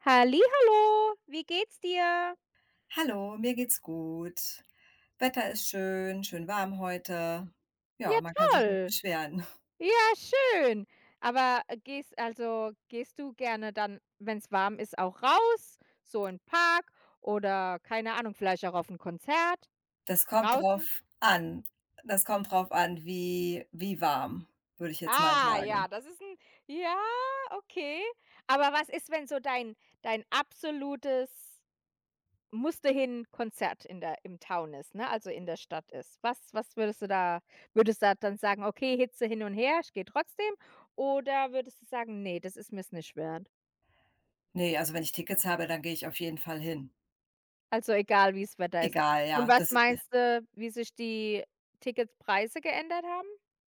Hallihallo, wie geht's dir? Hallo, mir geht's gut. Wetter ist schön, schön warm heute. Ja, Ja, man kann sich nicht toll. beschweren. Ja, schön. Aber gehst du gerne dann, wenn es warm ist, auch raus, so in den Park oder keine Ahnung, vielleicht auch auf ein Konzert Das kommt draußen? drauf an. Das kommt drauf an, wie warm, würde ich jetzt mal Ah, ja, sagen. das ist ein ja, okay. Aber was ist, wenn so dein absolutes Musste hin, Konzert in der im Town ist, ne, also in der Stadt ist? Was würdest du da dann sagen: „Okay, Hitze hin und her, ich gehe trotzdem", oder würdest du sagen: „Nee, das ist mir's nicht wert"? Ne, also wenn ich Tickets habe, dann gehe ich auf jeden Fall hin. Also, egal, wie's Wetter ist. Egal, Und ja. was Das ist meinst du, wie sich die Ticketpreise geändert haben?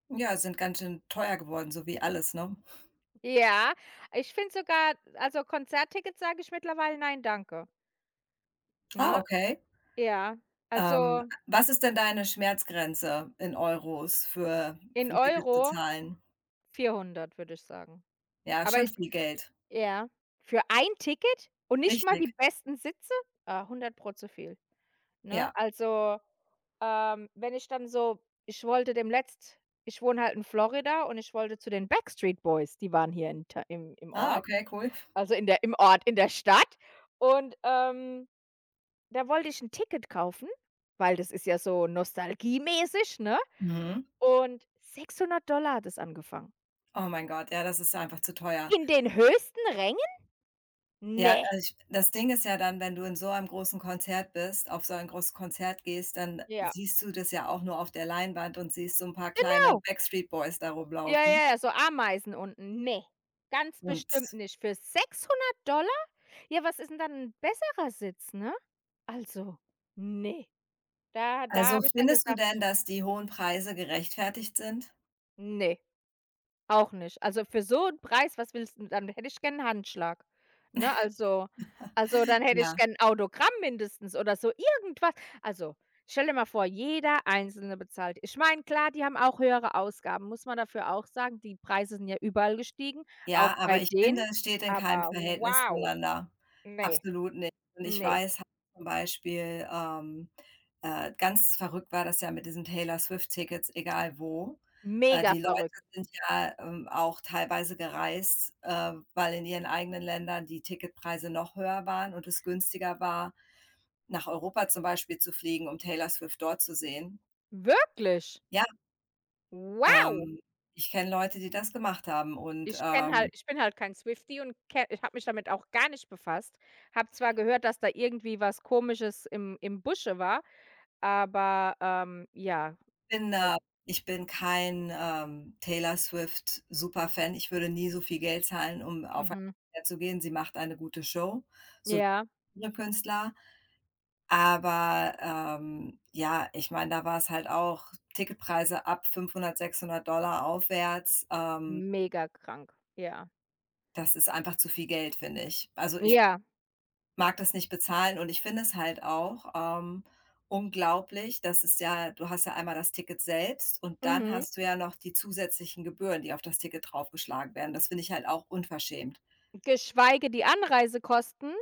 ja, sind ganz schön teuer geworden, so wie alles, ne? Ja, ich finde sogar also, Konzerttickets sage ich mittlerweile: „Nein, danke", Ah, ne? okay. Ja, Ähm, also, was ist denn deine Schmerzgrenze in Euros für in für ein Ticket zu Euro zahlen? 400, würde ich sagen. Ja, Aber schon ich viel Geld. ja. Für ein Ticket und nicht mal die Richtig, besten Sitze? Ah, 100 Pro zu viel, ne? ja. Also, wenn ich dann so ich wollte demnächst ich wohne halt in Florida und ich wollte zu den Backstreet Boys, die waren hier in Ta im im Ah, Ort, okay, cool. also in der im Ort, in der Stadt. Und, da wollte ich 'n Ticket kaufen, weil das ist ja so nostalgiemäßig, ne? Mhm. Und 600 hat es angefangen. Oh mein Gott, ja, das ist einfach zu teuer. In den höchsten Rängen? Ja, Ne. also ich das Ding ist ja dann, wenn du in so einem großen Konzert bist auf so ein großes Konzert gehst, dann Ja, siehst du das ja auch nur auf der Leinwand und siehst so ein paar kleine genau. Backstreet Boys da Ja, rumlaufen. ja, ja, so Ameisen unten. Ne, ganz Und bestimmt nicht. Für $600? Ja, was ist denn dann ein besserer Sitz, ne? Also, ne, da also, habe ich dann findest du denn, gesagt: dass die hohen Preise gerechtfertigt sind? „Ne." Auch nicht. Also, für so 'n Preis, was willst 'n dann hätte ich gern 'n Handschlag, ne? Also, dann hätte ich Ja. gern 'n Autogramm mindestens oder so irgendwas. Also, stell dir mal vor, jeder Einzelne bezahlt. Ich meine, klar, die haben auch höhere Ausgaben, muss man dafür auch sagen. Die Preise sind ja überall gestiegen, auch Ja, bei aber ich finde, denen. es steht in keinem Aber Verhältnis wow, zueinander. ne, Absolut nicht. Und ich ne, weiß halt zum Beispiel, ganz verrückt war das ja mit diesen Taylor Swift-Tickets, egal wo. Mega Die Leute verrückt. sind ja, auch teilweise gereist, weil in ihren eigenen Ländern die Ticketpreise noch höher waren und es günstiger war, nach Europa zum Beispiel zu fliegen, um Taylor Swift dort zu sehen. Wirklich? Ja, Wow! ähm, ich kenne Leute, die das gemacht haben, und Ich kenne halt ich bin halt kein Swiftie und ke ich habe mich damit auch gar nicht befasst. Habe zwar gehört, dass da irgendwie was Komisches im Busche war, aber, ja, bin, al äh ich bin kein, Taylor Swift Superfan. Ich würde nie so viel Geld zahlen, um auf ein mhm. Konzert zu gehen. Sie macht eine gute Show, so Ja, wie andere Künstler. Aber, ja, ich meine, da war es halt auch Ticketpreise ab 500, 600 aufwärts. Mega krank, ja. Das ist einfach zu viel Geld, finde ich. Also, ich Ja, mag das nicht bezahlen, und ich finde es halt auch, unglaublich, dass es ja du hast ja einmal das Ticket selbst und dann mhm. hast du ja noch die zusätzlichen Gebühren, die auf das Ticket draufgeschlagen werden. Das finde ich halt auch unverschämt. Geschweige die Anreisekosten.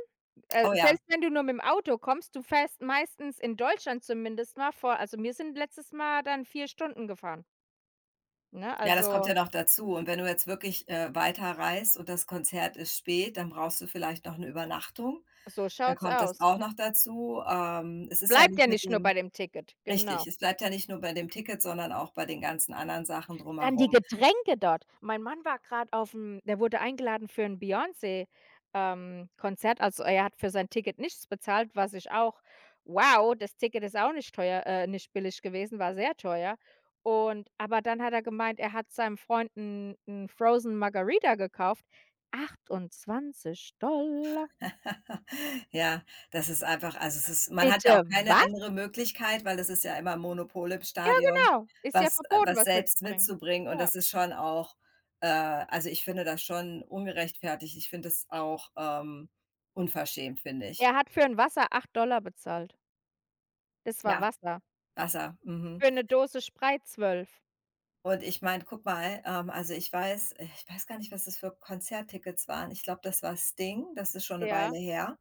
Oh Äh, ja, selbst wenn du nur mit dem Auto kommst, du fährst meistens in Deutschland zumindest mal vor also, wir sind letztes Mal dann 4 Stunden gefahren, ne? ja, das kommt Also, ja noch dazu. Und wenn du jetzt wirklich, weiterreist und das Konzert ist spät, dann brauchst du vielleicht noch eine Übernachtung. so Dann schaut's kommt das aus. auch noch dazu. Es Es ist ja bleibt nicht ja mit nicht nur dem bei dem Ticket, genau. richtig, es bleibt ja nicht nur bei dem Ticket, sondern auch bei den ganzen anderen Sachen Dann die drumherum. Getränke dort. Mein Mann war gerade auf auf'm der wurde eingeladen für 'n Beyoncé, Konzert. Also, er hat für sein Ticket nichts bezahlt, was ich auch wow, das Ticket ist auch nicht teuer nicht billig gewesen, war sehr teuer. Und aber dann hat er gemeint, er hat seinem Freund 'n Frozen Margarita gekauft. 28. Ja, das ist einfach also, es ist man hat ja auch Bitte keine was? andere Möglichkeit, weil es ist ja immer Monopol im Ja, Stadion, genau. Ist ja was äh, verboten, was was selbst mitzubringen. mitzubringen, und Ja. das ist schon auch äh, also, ich finde das schon ungerechtfertigt. Ich finde es auch, unverschämt, finde ich. Er hat für 'n Wasser 8 bezahlt. Das war Ja, Wasser. Wasser, mhm. Für 'ne Dose Sprite 12. Und ich meine, guck mal, also, ich weiß gar nicht, was das für Konzerttickets waren. Ich glaube, das war Sting, das ist schon eine Weile Ja. her.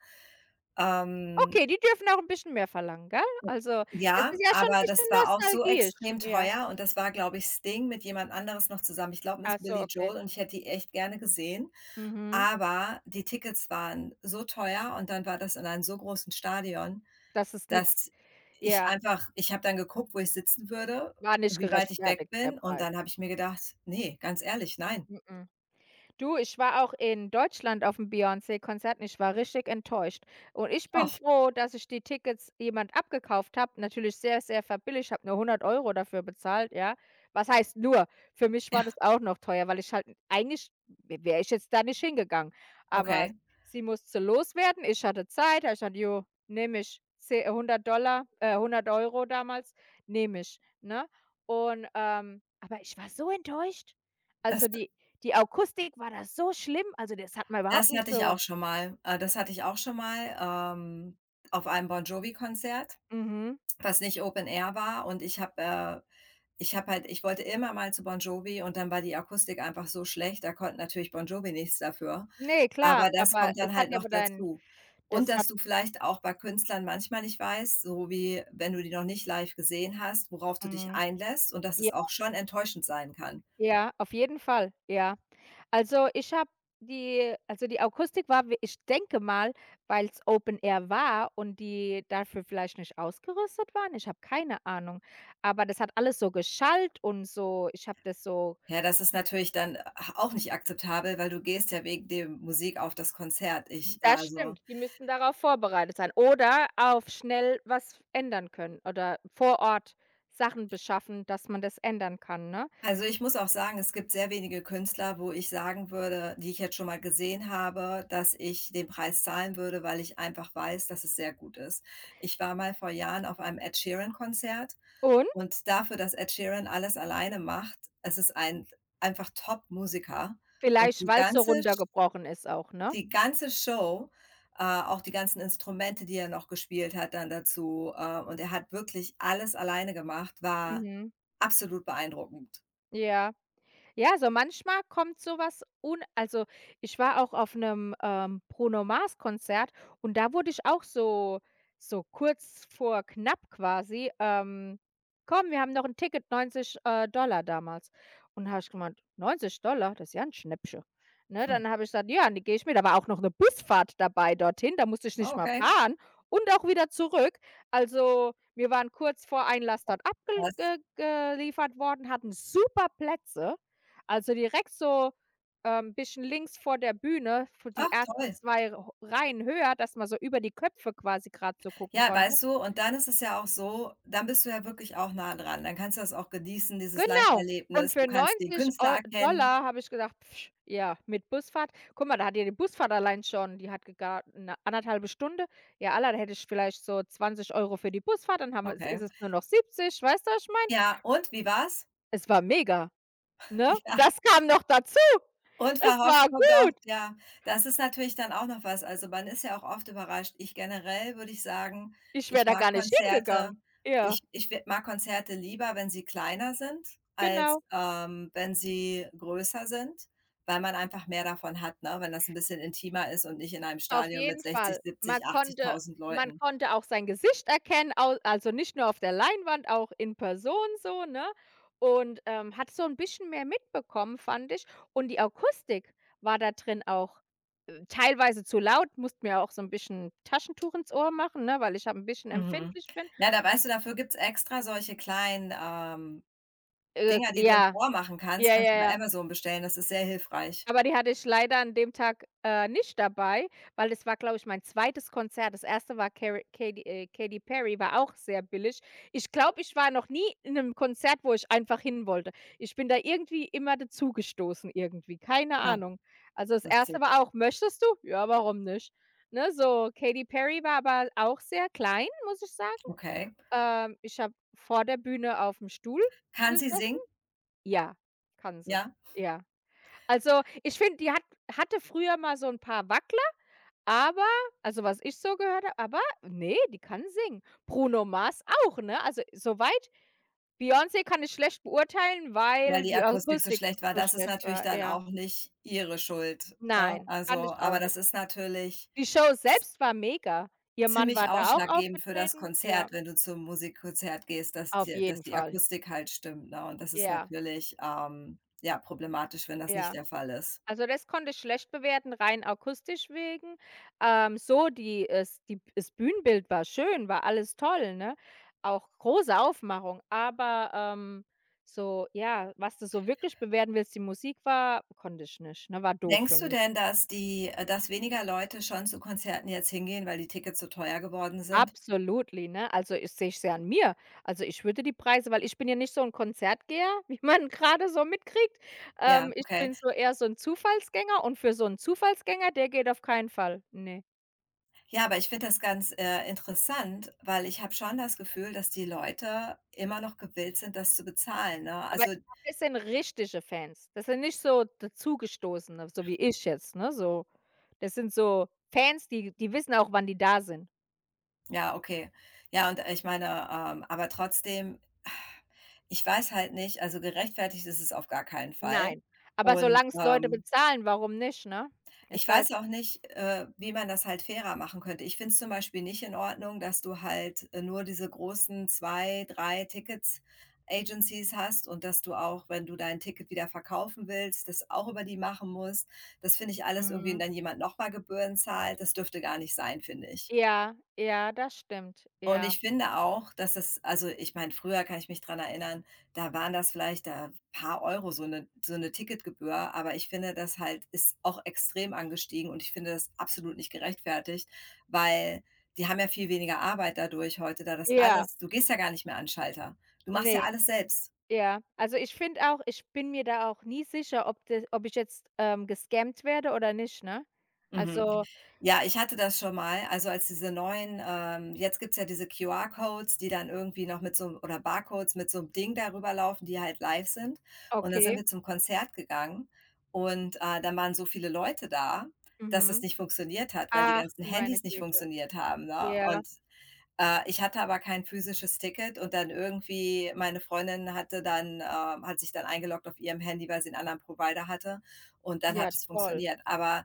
Ähm Okay, die dürfen auch 'n bisschen mehr verlangen, gell? Also, das ja, ist ja schon 'n aber bisschen das war auch so nostalgisch. extrem Ja. teuer und das war, glaube ich, Sting mit jemand anderes noch zusammen. Ich glaube, Miss Ach so, Billy okay. Joel, und ich hätte die echt gerne gesehen, Mhm. aber die Tickets waren so teuer und dann war das in einem so großen Stadion, Das ist nix, dass ich ja, einfach ich habe dann geguckt, wo ich sitzen würde, war nicht wie weit ich weg gerechtfertigt, der bin, und Preis. dann habe ich mir gedacht: „Ne, ganz ehrlich, nein.“ Mhm. Du, ich war auch in Deutschland auf dem Beyoncé-Konzert und ich war richtig enttäuscht. Und ich bin Och, froh, dass ich die Tickets jemand abgekauft habe, natürlich sehr, sehr verbilligt. Ich habe nur 100 Euro dafür bezahlt, ja. Was heißt nur? Für mich war ja, das auch noch teuer, weil ich halt eigentlich wäre ich jetzt da nicht hingegangen. Aber okay. sie musste loswerden, ich hatte Zeit, habe ich gesagt: „Jo, nehme ich. Ze $100, 100 Euro damals, nehme ich", ne? Und, aber ich war so enttäuscht. Das Also, die Akustik war da so schlimm, also, das hat man überhaupt das nicht hatte ich so, auch schon mal. Das hatte ich auch schon mal, ähm, auf einem Bon Jovi-Konzert, mhm. was nicht Open Air war, und ich habe halt ich wollte immer mal zu Bon Jovi, und dann war die Akustik einfach so schlecht, da konnte natürlich Bon Jovi nichts dafür. Ne, Aber klar, das aber kommt es dann halt hat ja noch aber dein dazu. Und das hat dass du vielleicht auch bei Künstlern manchmal nicht weißt, so wie wenn du die noch nicht live gesehen hast, worauf du dich mhm. einlässt und dass es Ja, auch schon enttäuschend sein kann. ja, auf jeden Fall, ja. Also, ich habe die also, die Akustik war w ich denke mal, weil's Open Air war und die dafür vielleicht nicht ausgerüstet waren, ich habe keine Ahnung. Aber das hat alles so geschallt und so ich habe das so. Ja, das ist natürlich dann, auch nicht akzeptabel, weil du gehst ja wegen der Musik auf das Konzert. Ich Das also stimmt, die müssten darauf vorbereitet sein oder auf schnell was ändern können oder vor Ort Sachen beschaffen, dass man das ändern kann, ne? Also, ich muss auch sagen, es gibt sehr wenige Künstler, wo ich sagen würde, die ich jetzt schon mal gesehen habe, dass ich den Preis zahlen würde, weil ich einfach weiß, dass es sehr gut ist. Ich war mal vor Jahren auf einem Ed Sheeran-Konzert, Und und dafür, dass Ed Sheeran alles alleine macht, es ist einfach Top-Musiker, und vielleicht, die weil's so ganze runtergebrochen ist auch, ne? die ganze Show, auch die ganzen Instrumente, die er noch gespielt hat dann dazu, und er hat wirklich alles alleine gemacht, war Mhm. absolut beeindruckend. Ja. Ja, so manchmal kommt so was un also, ich war auch auf 'nem, Bruno Mars-Konzert und da wurde ich auch so kurz vor knapp quasi, „Komm, wir haben noch 'n Ticket, 90, Dollar damals." Und da habe ich gemeint: „$90? Das ist ja 'n Schnäppchen." Ne, dann habe ich gesagt: „Ja, ne, gehe ich mit." Da war auch noch 'ne Busfahrt dabei dorthin, da musste ich Ah, nicht mal okay, fahren und auch wieder zurück. Also, wir waren kurz vor Einlass dort abgel krass. ge geliefert worden, hatten super Plätze. Also, direkt so, bisschen links vor der Bühne, für die Ach ersten toll. 2 Rh Reihen höher, dass man so über die Köpfe quasi gerade so gucken Ja, konnte. weißt du, und dann ist es ja auch so, dann bist du ja wirklich auch nah dran. Dann kannst du das auch genießen, dieses Genau. Und Live-Erlebnis. Du für kannst den 90 Künstler Eu erkennen. Dollar habe ich gedacht: „Pf, ja, mit Busfahrt", guck mal, da hat ja die Busfahrt allein schon die hat gega 'ne 1,5 Stunde. Ja, Allah, da hätte ich vielleicht so 20 Euro für die Busfahrt, dann haben wir ist Okay. es nur noch 70, weißt du, was ich meine? Ja, und wie war's? Es war mega, ne? Ja. Das kam noch dazu. Und Es verhofft war kommt gut. auch, ja, das ist natürlich dann auch noch was. Also, man ist ja auch oft überrascht. Ich generell würde ich sagen, Ich wäre ich da mag gar nicht Konzerte hingegangen. Ja, ich ich w mag Konzerte lieber, wenn sie kleiner sind, als, genau. Wenn sie größer sind, weil man einfach mehr davon hat, ne, wenn das ein bisschen intimer ist und nicht in einem Auf Stadion mit jeden 60, Fall. 70, Man konnte 80.000 man Leuten. konnte auch sein Gesicht erkennen, au also nicht nur auf der Leinwand, auch in Person so, ne? Und, hat so ein bisschen mehr mitbekommen, fand ich. Und die Akustik war da drin auch, teilweise zu laut, musste mir auch so ein bisschen Taschentuch ins Ohr machen, ne, weil ich ja 'n bisschen Mhm. empfindlich bin. Ja, da weißt du, dafür gibt's extra solche kleinen, Äh, Dinger, die du ins ja, Ohr machen kannst. ja, Kannst ja, du bei ja. Amazon bestellen, das ist sehr hilfreich. Aber die hatte ich leider an dem Tag, nicht dabei, weil es war, glaube ich, mein zweites Konzert. Das erste war Cary Katy Katy Perry, war auch sehr billig. Ich glaube, ich war noch nie in einem Konzert, wo ich einfach hin wollte. Ich bin da irgendwie immer dazugestoßen irgendwie, keine Ahnung. Also, das erste, Lustig. war auch: „Möchtest du?" „Ja, warum nicht?" Ne, so. Katy Perry war aber auch sehr klein, muss ich sagen. Okay. Ich habe vor der Bühne auf dem Stuhl Kann sie gesessen. singen? Ja, kann sie. Ja, Ja. Also, ich finde, die hatte früher mal so ein paar Wackler, aber also, was ich so gehört habe aber nee, die kann singen. Bruno Mars auch, ne? Also, soweit Beyoncé kann ich schlecht beurteilen, weil weil die die Akustik so Akustik schlecht war. so Das ist schlecht natürlich war, dann ja. auch nicht ihre Schuld, ne? Nein, Also, fand ich auch aber das nicht. ist natürlich Die Show z selbst war mega. Ihr Mann ziemlich war da auch ausschlaggebend für das aufgetreten. Ja, Konzert, wenn du zum Musikkonzert gehst, auf dass jeden die Fall. Akustik halt stimmt, ne? Und das ist Ja, natürlich, ja, problematisch, wenn das nicht ja. der Fall ist. Also, das konnte ich schlecht bewerten, rein akustisch wegen. So die es die das Bühnenbild war schön, war alles toll, ne? Auch große Aufmachung, aber, so ja, was du so wirklich bewerten willst, die Musik war konnte ich nicht, ne? War doof für Denkst du mich. denn, dass weniger Leute schon zu Konzerten jetzt hingehen, weil die Tickets so teuer geworden sind? Absolutely, ne? Also, ich sehe ich's ja an mir. Also, ich würde die Preise weil ich bin ja nicht so ein Konzertgeher, wie man gerade so mitkriegt. Ja, Ich okay. bin so eher so ein Zufallsgänger und für so einen Zufallsgänger, der geht auf keinen Fall. Ne. Ja, aber ich finde das ganz, interessant, weil ich habe schon das Gefühl, dass die Leute immer noch gewillt sind, das zu bezahlen, ne? Aber Also ich glaube, das sind richtige Fans. Das sind nicht so dazugestoßene, so wie ich jetzt, ne, so. Das sind so Fans, die die wissen auch, wann die da sind. ja, okay. Ja, und ich meine, aber trotzdem, ich weiß halt nicht, also gerechtfertigt ist es auf gar keinen Fall, Nein, aber und. solange es Leute bezahlen, warum nicht, ne? Ich Ist halt weiß auch nicht, wie man das halt fairer machen könnte. Ich finde es zum Beispiel nicht in Ordnung, dass du halt, nur diese großen 2, 3 Tickets Agencies hast und dass du auch, wenn du dein Ticket wieder verkaufen willst, das auch über die machen musst. Das finde ich alles irgendwie, und mhm. dann jemand nochmal Gebühren zahlt. Das dürfte gar nicht sein, finde ich. Ja, ja, das stimmt. Und Ja. ich finde auch, dass das also, ich meine, früher kann ich mich dran erinnern, da waren das vielleicht da ein paar Euro, so 'ne Ticketgebühr, aber ich finde, das halt ist auch extrem angestiegen, und ich finde das absolut nicht gerechtfertigt, weil die haben ja viel weniger Arbeit dadurch heute, da das Ja, alles, du gehst ja gar nicht mehr an 'n Schalter. Du machst ja ne, alles selbst. ja. Also, ich finde auch ich bin mir da auch nie sicher, ob ich jetzt, gescammt werde oder nicht, ne? Mhm. Also Ja, ich hatte das schon mal. Also, als diese neuen jetzt gibt's ja diese QR-Codes, die dann irgendwie noch mit so 'nem oder Barcodes mit so 'nem Ding darüber laufen, die halt live sind. Und dann sind okay. wir zum Konzert gegangen, und, dann waren so viele Leute da, dass das Mhm. nicht funktioniert hat, weil die Ach, ganzen du meine Handys nicht Güte. funktioniert haben, ne? Ja, Und, ich hatte aber kein physisches Ticket, und dann irgendwie meine Freundin hat sich dann eingeloggt auf ihrem Handy, weil sie 'n anderen Provider hatte, und dann ja, hat es toll. funktioniert. Aber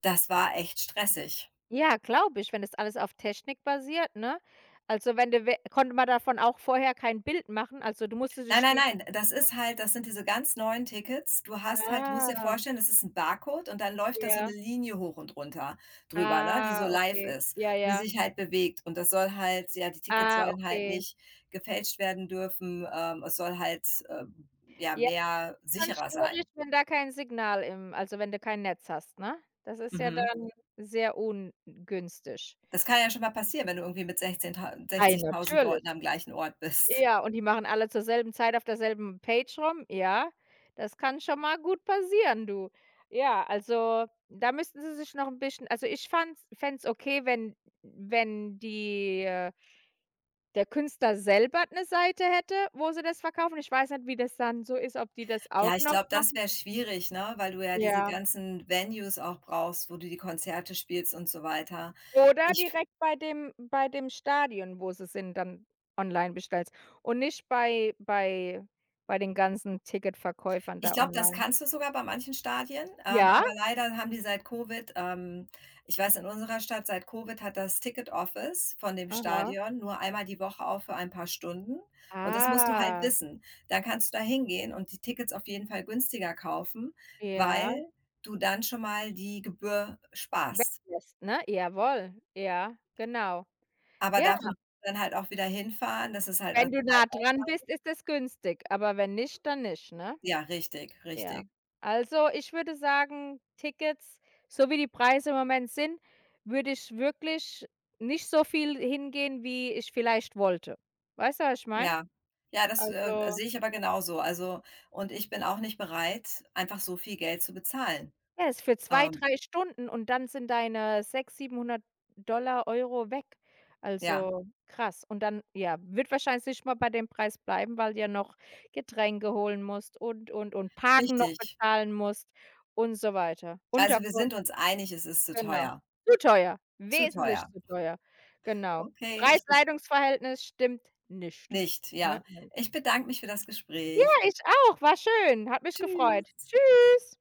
das war echt stressig. Ja, glaube ich, wenn das alles auf Technik basiert, ne? Also, wenn du we konnte man davon auch vorher kein Bild machen? Also, du musstest Nein, dich nein, die nein, das ist halt das sind diese ganz neuen Tickets. Du hast halt Du musst dir ah, vorstellen, das ist 'n Barcode und dann läuft da so 'ne ja. Linie hoch und runter drüber, ne, die so Ah, live okay. ist, Ja, die ja. sich halt bewegt. Und das soll halt ja, die Tickets Ah, sollen halt okay. nicht gefälscht werden dürfen. Es soll halt, ja, Ja, ist mehr dann sicherer schwierig, sein. wenn da kein Signal im also, wenn du kein Netz hast, ne? Das ist ja Mhm. dann sehr ungünstig. Das kann ja schon mal passieren, wenn du irgendwie mit 16 tau Ei, 60.000 Leuten natürlich. am gleichen Ort bist. Ja, und die machen alle zur selben Zeit auf derselben Page rum. Ja, das kann schon mal gut passieren, du. Ja, also, da müssten sie sich noch ein bisschen also, ich fand's fänd's okay, wenn wenn die der Künstler selber 'ne Seite hätte, wo sie das verkaufen. Ich weiß nicht, wie das dann so ist, ob die das Ja, auch ich noch glaube, das machen. wäre schwierig, ne, weil du ja diese Ja. ganzen Venues auch brauchst, wo du die Konzerte spielst und so weiter. Oder Ich direkt bei dem Stadion, wo sie sind, dann online bestellst und nicht bei den ganzen Ticketverkäufern ich da glaube, das online. kannst du sogar bei manchen Stadien, Ja? aber leider haben die seit Covid ich weiß, in unserer Stadt seit Covid hat das Ticket Office von dem Aha. Stadion nur einmal die Woche auf für ein paar Stunden, und das musst du halt Ah, wissen. Dann kannst du da hingehen und die Tickets auf jeden Fall günstiger kaufen, ja. weil du dann schon mal die Gebühr sparst. Weglässt, ne? Jawohl. Ja, genau. Aber Ja, dafür musst du dann halt auch wieder hinfahren. Das ist halt auch wenn du Zeit. nah dran bist, ist es günstig, aber wenn nicht, dann nicht, ne? Ja, richtig, Ja. richtig. Also, ich würde sagen, Tickets, so wie die Preise im Moment sind, würde ich wirklich nicht so viel hingehen, wie ich vielleicht wollte. Weißt du, was ich meine? Ja. Ja, das, Also sehe ich aber genauso. Also, und ich bin auch nicht bereit, einfach so viel Geld zu bezahlen. ja, das ist für zwei, Ähm, drei Stunden und dann sind deine sechs, siebenhundert Dollar Euro weg. ja, Also, krass. Und dann, ja, wird wahrscheinlich nicht mal bei dem Preis bleiben, weil du ja noch Getränke holen musst und Parken noch richtig. bezahlen musst und so weiter. Also, wir Unterkunft, sind uns einig, es ist zu genau. teuer. Zu teuer, Zu wesentlich teuer. zu teuer. Genau. Okay, ich bin Preis-Leistungs-Verhältnis stimmt nicht, nicht, ne? ja. Ne. Ich bedanke mich für das Ja, Gespräch. ich auch. War schön, hat mich gefreut. Tschüss. Tschüss.